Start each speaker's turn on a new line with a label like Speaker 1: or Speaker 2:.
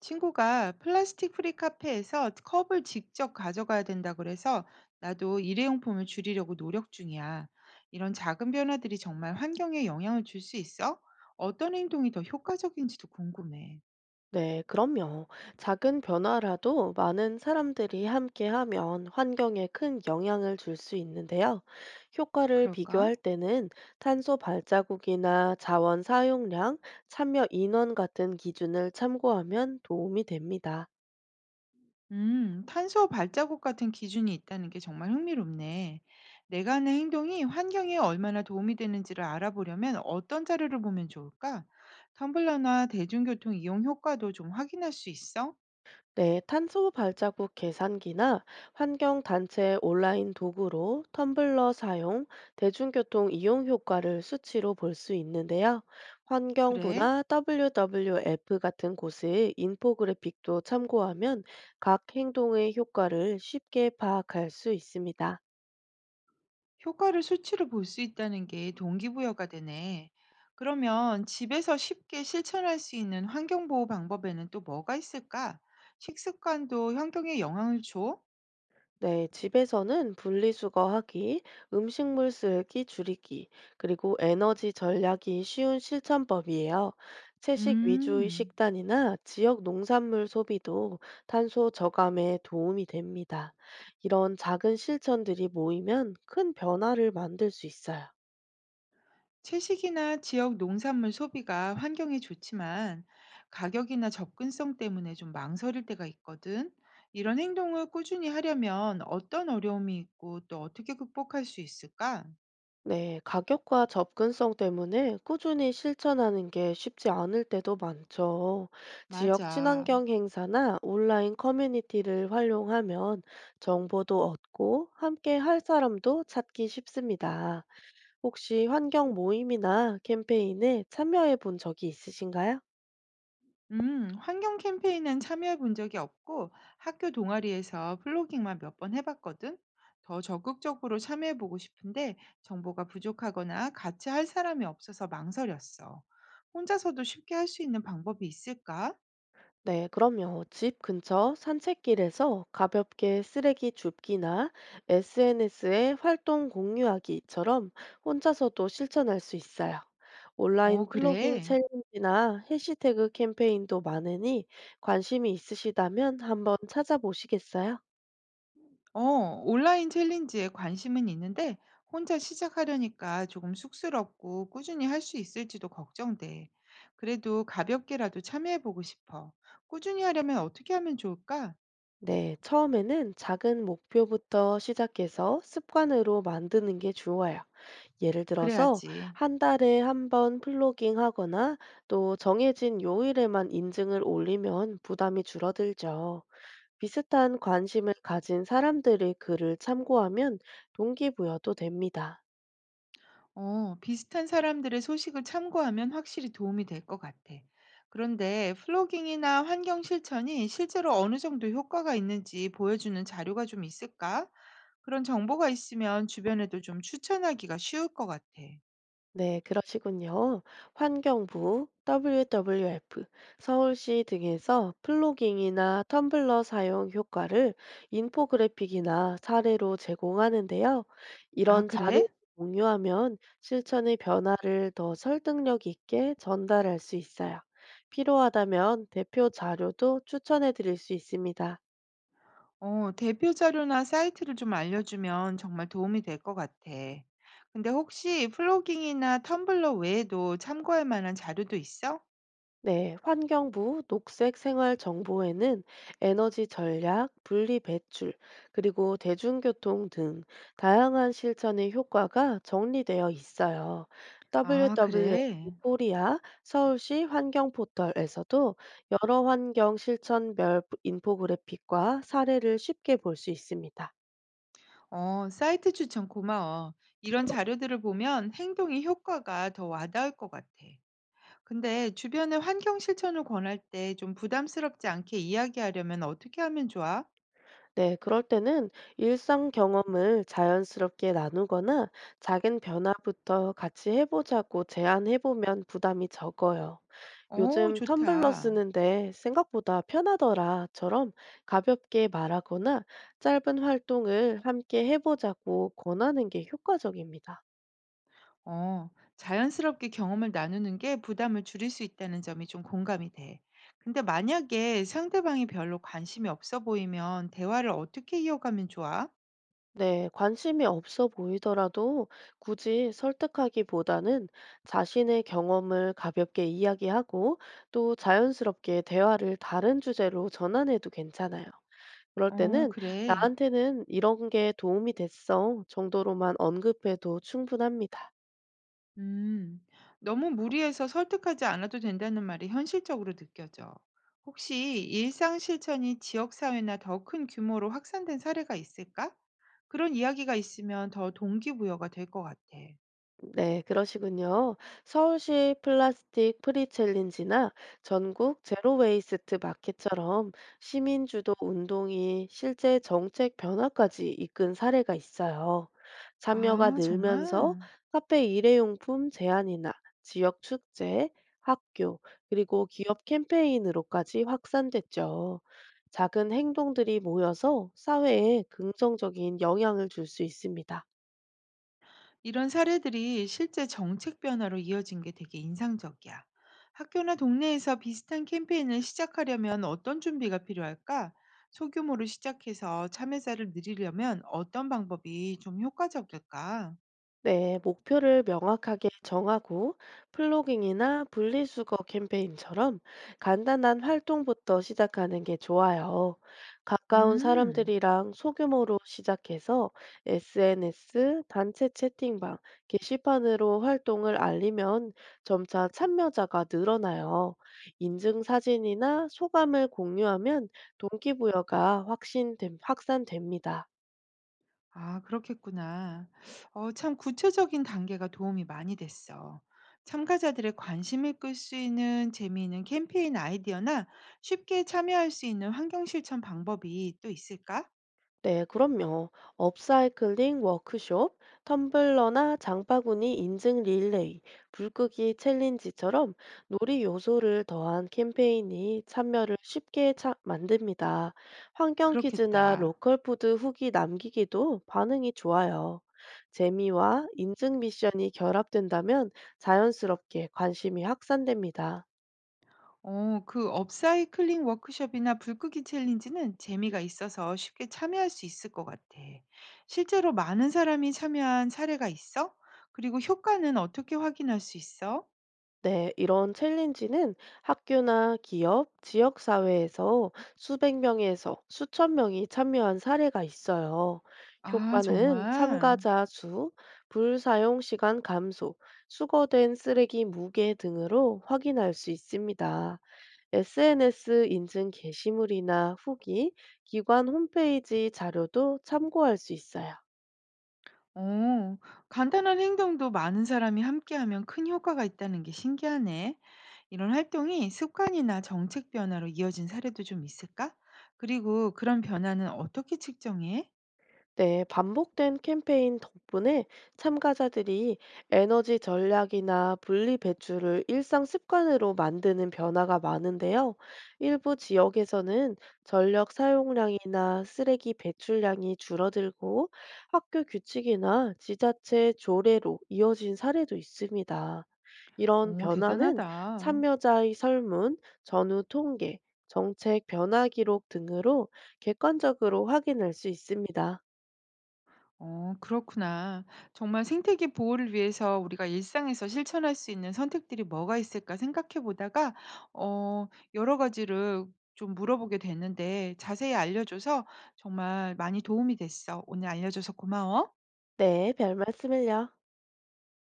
Speaker 1: 친구가 플라스틱 프리 카페에서 컵을 직접 가져가야 된다 그래서 나도 일회용품을 줄이려고 노력 중이야. 이런 작은 변화들이 정말 환경에 영향을 줄 수 있어? 어떤 행동이 더 효과적인지도 궁금해.
Speaker 2: 네, 그럼요. 작은 변화라도 많은 사람들이 함께하면 환경에 큰 영향을 줄 수 있는데요. 효과를
Speaker 1: 그럴까?
Speaker 2: 비교할 때는 탄소 발자국이나 자원 사용량, 참여 인원 같은 기준을 참고하면 도움이 됩니다.
Speaker 1: 탄소 발자국 같은 기준이 있다는 게 정말 흥미롭네. 내가 하는 행동이 환경에 얼마나 도움이 되는지를 알아보려면 어떤 자료를 보면 좋을까? 텀블러나 대중교통 이용 효과도 좀 확인할 수 있어?
Speaker 2: 네, 탄소 발자국 계산기나 환경 단체 온라인 도구로 텀블러 사용, 대중교통 이용 효과를 수치로 볼 수 있는데요.
Speaker 1: 그래.
Speaker 2: 환경부나 WWF 같은 곳의 인포그래픽도 참고하면 각 행동의 효과를 쉽게 파악할 수 있습니다.
Speaker 1: 효과를 수치로 볼 수 있다는 게 동기부여가 되네. 그러면 집에서 쉽게 실천할 수 있는 환경보호 방법에는 또 뭐가 있을까? 식습관도 환경에 영향을 줘?
Speaker 2: 네, 집에서는 분리수거하기, 음식물 쓰레기 줄이기, 그리고 에너지 절약이 쉬운 실천법이에요. 채식 위주의
Speaker 1: 음,
Speaker 2: 식단이나 지역 농산물 소비도 탄소 저감에 도움이 됩니다. 이런 작은 실천들이 모이면 큰 변화를 만들 수 있어요.
Speaker 1: 채식이나 지역 농산물 소비가 환경에 좋지만 가격이나 접근성 때문에 좀 망설일 때가 있거든. 이런 행동을 꾸준히 하려면 어떤 어려움이 있고 또 어떻게 극복할 수 있을까?
Speaker 2: 네, 가격과 접근성 때문에 꾸준히 실천하는 게 쉽지 않을 때도 많죠. 지역
Speaker 1: 맞아.
Speaker 2: 친환경 행사나 온라인 커뮤니티를 활용하면 정보도 얻고 함께 할 사람도 찾기 쉽습니다. 혹시 환경 모임이나 캠페인에 참여해 본 적이 있으신가요?
Speaker 1: 환경 캠페인은 참여해 본 적이 없고 학교 동아리에서 플로깅만 몇 번 해봤거든. 더 적극적으로 참여해 보고 싶은데 정보가 부족하거나 같이 할 사람이 없어서 망설였어. 혼자서도 쉽게 할 수 있는 방법이 있을까?
Speaker 2: 네, 그럼요. 집 근처 산책길에서 가볍게 쓰레기 줍기나 SNS에 활동 공유하기처럼 혼자서도 실천할 수 있어요.
Speaker 1: 어,
Speaker 2: 온라인 플로깅
Speaker 1: 그래.
Speaker 2: 챌린지나 해시태그 캠페인도 많으니 관심이 있으시다면 한번 찾아보시겠어요?
Speaker 1: 어, 온라인 챌린지에 관심은 있는데 혼자 시작하려니까 조금 쑥스럽고 꾸준히 할 수 있을지도 걱정돼. 그래도 가볍게라도 참여해 보고 싶어. 꾸준히 하려면 어떻게 하면 좋을까?
Speaker 2: 네, 처음에는 작은 목표부터 시작해서 습관으로 만드는 게 좋아요. 예를 들어서
Speaker 1: 그래야지.
Speaker 2: 한 달에 한 번 플로깅 하거나 또 정해진 요일에만 인증을 올리면 부담이 줄어들죠. 비슷한 관심을 가진 사람들의 글을 참고하면 동기부여도 됩니다.
Speaker 1: 비슷한 사람들의 소식을 참고하면 확실히 도움이 될 것 같아. 그런데 플로깅이나 환경 실천이 실제로 어느 정도 효과가 있는지 보여주는 자료가 좀 있을까? 그런 정보가 있으면 주변에도 좀 추천하기가 쉬울 것 같아.
Speaker 2: 네, 그러시군요. 환경부, WWF, 서울시 등에서 플로깅이나 텀블러 사용 효과를 인포그래픽이나 사례로 제공하는데요.
Speaker 1: 아,
Speaker 2: 이런
Speaker 1: 그래?
Speaker 2: 자료를 공유하면 실천의 변화를 더 설득력 있게 전달할 수 있어요. 필요하다면 대표 자료도 추천해 드릴 수 있습니다.
Speaker 1: 대표 자료나 사이트를 좀 알려주면 정말 도움이 될 것 같아. 근데 혹시 플로깅이나 텀블러 외에도 참고할 만한 자료도 있어?
Speaker 2: 네, 환경부 녹색생활정보에는 에너지 절약, 분리 배출, 그리고 대중교통 등 다양한 실천의 효과가 정리되어 있어요.
Speaker 1: 아,
Speaker 2: WWF
Speaker 1: 그래.
Speaker 2: 코리아 서울시 환경 포털에서도 여러 환경 실천별 인포그래픽과 사례를 쉽게 볼 수 있습니다.
Speaker 1: 사이트 추천 고마워. 이런 자료들을 보면 행동의 효과가 더 와닿을 것 같아. 근데 주변에 환경 실천을 권할 때 좀 부담스럽지 않게 이야기하려면 어떻게 하면 좋아?
Speaker 2: 네, 그럴 때는 일상 경험을 자연스럽게 나누거나 작은 변화부터 같이 해보자고 제안해보면 부담이 적어요.
Speaker 1: 어,
Speaker 2: 요즘 텀블러
Speaker 1: 좋다.
Speaker 2: 쓰는데 생각보다 편하더라처럼 가볍게 말하거나 짧은 활동을 함께 해보자고 권하는 게 효과적입니다.
Speaker 1: 어, 자연스럽게 경험을 나누는 게 부담을 줄일 수 있다는 점이 좀 공감이 돼. 근데 만약에 상대방이 별로 관심이 없어 보이면 대화를 어떻게 이어가면 좋아?
Speaker 2: 네, 관심이 없어 보이더라도 굳이 설득하기보다는 자신의 경험을 가볍게 이야기하고 또 자연스럽게 대화를 다른 주제로 전환해도 괜찮아요. 그럴
Speaker 1: 어,
Speaker 2: 때는
Speaker 1: 그래.
Speaker 2: 나한테는 이런 게 도움이 됐어 정도로만 언급해도 충분합니다.
Speaker 1: 음, 너무 무리해서 설득하지 않아도 된다는 말이 현실적으로 느껴져. 혹시 일상 실천이 지역사회나 더 큰 규모로 확산된 사례가 있을까? 그런 이야기가 있으면 더 동기부여가 될 것 같아.
Speaker 2: 네, 그러시군요. 서울시 플라스틱 프리 챌린지나 전국 제로 웨이스트 마켓처럼 시민 주도 운동이 실제 정책 변화까지 이끈 사례가 있어요. 참여가
Speaker 1: 아,
Speaker 2: 늘면서
Speaker 1: 정말?
Speaker 2: 카페 일회용품 제한이나 지역 축제, 학교, 그리고 기업 캠페인으로까지 확산됐죠. 작은 행동들이 모여서 사회에 긍정적인 영향을 줄 수 있습니다.
Speaker 1: 이런 사례들이 실제 정책 변화로 이어진 게 되게 인상적이야. 학교나 동네에서 비슷한 캠페인을 시작하려면 어떤 준비가 필요할까? 소규모로 시작해서 참여자를 늘리려면 어떤 방법이 좀 효과적일까?
Speaker 2: 네, 목표를 명확하게 정하고 플로깅이나 분리수거 캠페인처럼 간단한 활동부터 시작하는 게 좋아요. 가까운
Speaker 1: 음,
Speaker 2: 사람들이랑 소규모로 시작해서 SNS, 단체 채팅방, 게시판으로 활동을 알리면 점차 참여자가 늘어나요. 인증 사진이나 소감을 공유하면 동기부여가 확신, 확산됩니다.
Speaker 1: 아, 그렇겠구나. 참 구체적인 단계가 도움이 많이 됐어. 참가자들의 관심을 끌 수 있는 재미있는 캠페인 아이디어나 쉽게 참여할 수 있는 환경 실천 방법이 또 있을까?
Speaker 2: 네, 그럼요. 업사이클링 워크숍, 텀블러나 장바구니 인증 릴레이, 불끄기 챌린지처럼 놀이 요소를 더한 캠페인이 참여를 만듭니다. 환경 퀴즈나
Speaker 1: 그렇겠다.
Speaker 2: 로컬 푸드 후기 남기기도 반응이 좋아요. 재미와 인증 미션이 결합된다면 자연스럽게 관심이 확산됩니다.
Speaker 1: 어, 그 업사이클링 워크숍이나 불끄기 챌린지는 재미가 있어서 쉽게 참여할 수 있을 것 같아. 실제로 많은 사람이 참여한 사례가 있어? 그리고 효과는 어떻게 확인할 수 있어?
Speaker 2: 네, 이런 챌린지는 학교나 기업, 지역사회에서 수백 명에서 수천 명이 참여한 사례가 있어요.
Speaker 1: 아,
Speaker 2: 효과는
Speaker 1: 정말?
Speaker 2: 참가자 수, 불사용 시간 감소, 수거된 쓰레기 무게 등으로 확인할 수 있습니다. SNS 인증 게시물이나 후기, 기관 홈페이지 자료도 참고할 수 있어요.
Speaker 1: 어, 간단한 행동도 많은 사람이 함께하면 큰 효과가 있다는 게 신기하네. 이런 활동이 습관이나 정책 변화로 이어진 사례도 좀 있을까? 그리고 그런 변화는 어떻게 측정해?
Speaker 2: 네, 반복된 캠페인 덕분에 참가자들이 에너지 전략이나 분리 배출을 일상 습관으로 만드는 변화가 많은데요. 일부 지역에서는 전력 사용량이나 쓰레기 배출량이 줄어들고 학교 규칙이나 지자체 조례로 이어진 사례도 있습니다. 이런
Speaker 1: 오,
Speaker 2: 변화는
Speaker 1: 대단하다.
Speaker 2: 참여자의 설문, 전후 통계, 정책 변화 기록 등으로 객관적으로 확인할 수 있습니다.
Speaker 1: 어, 그렇구나. 정말 생태계 보호를 위해서 우리가 일상에서 실천할 수 있는 선택들이 뭐가 있을까 생각해 보다가, 어, 여러 가지를 좀 물어보게 됐는데 자세히 알려줘서 정말 많이 도움이 됐어. 오늘 알려줘서 고마워.
Speaker 2: 네, 별 말씀을요.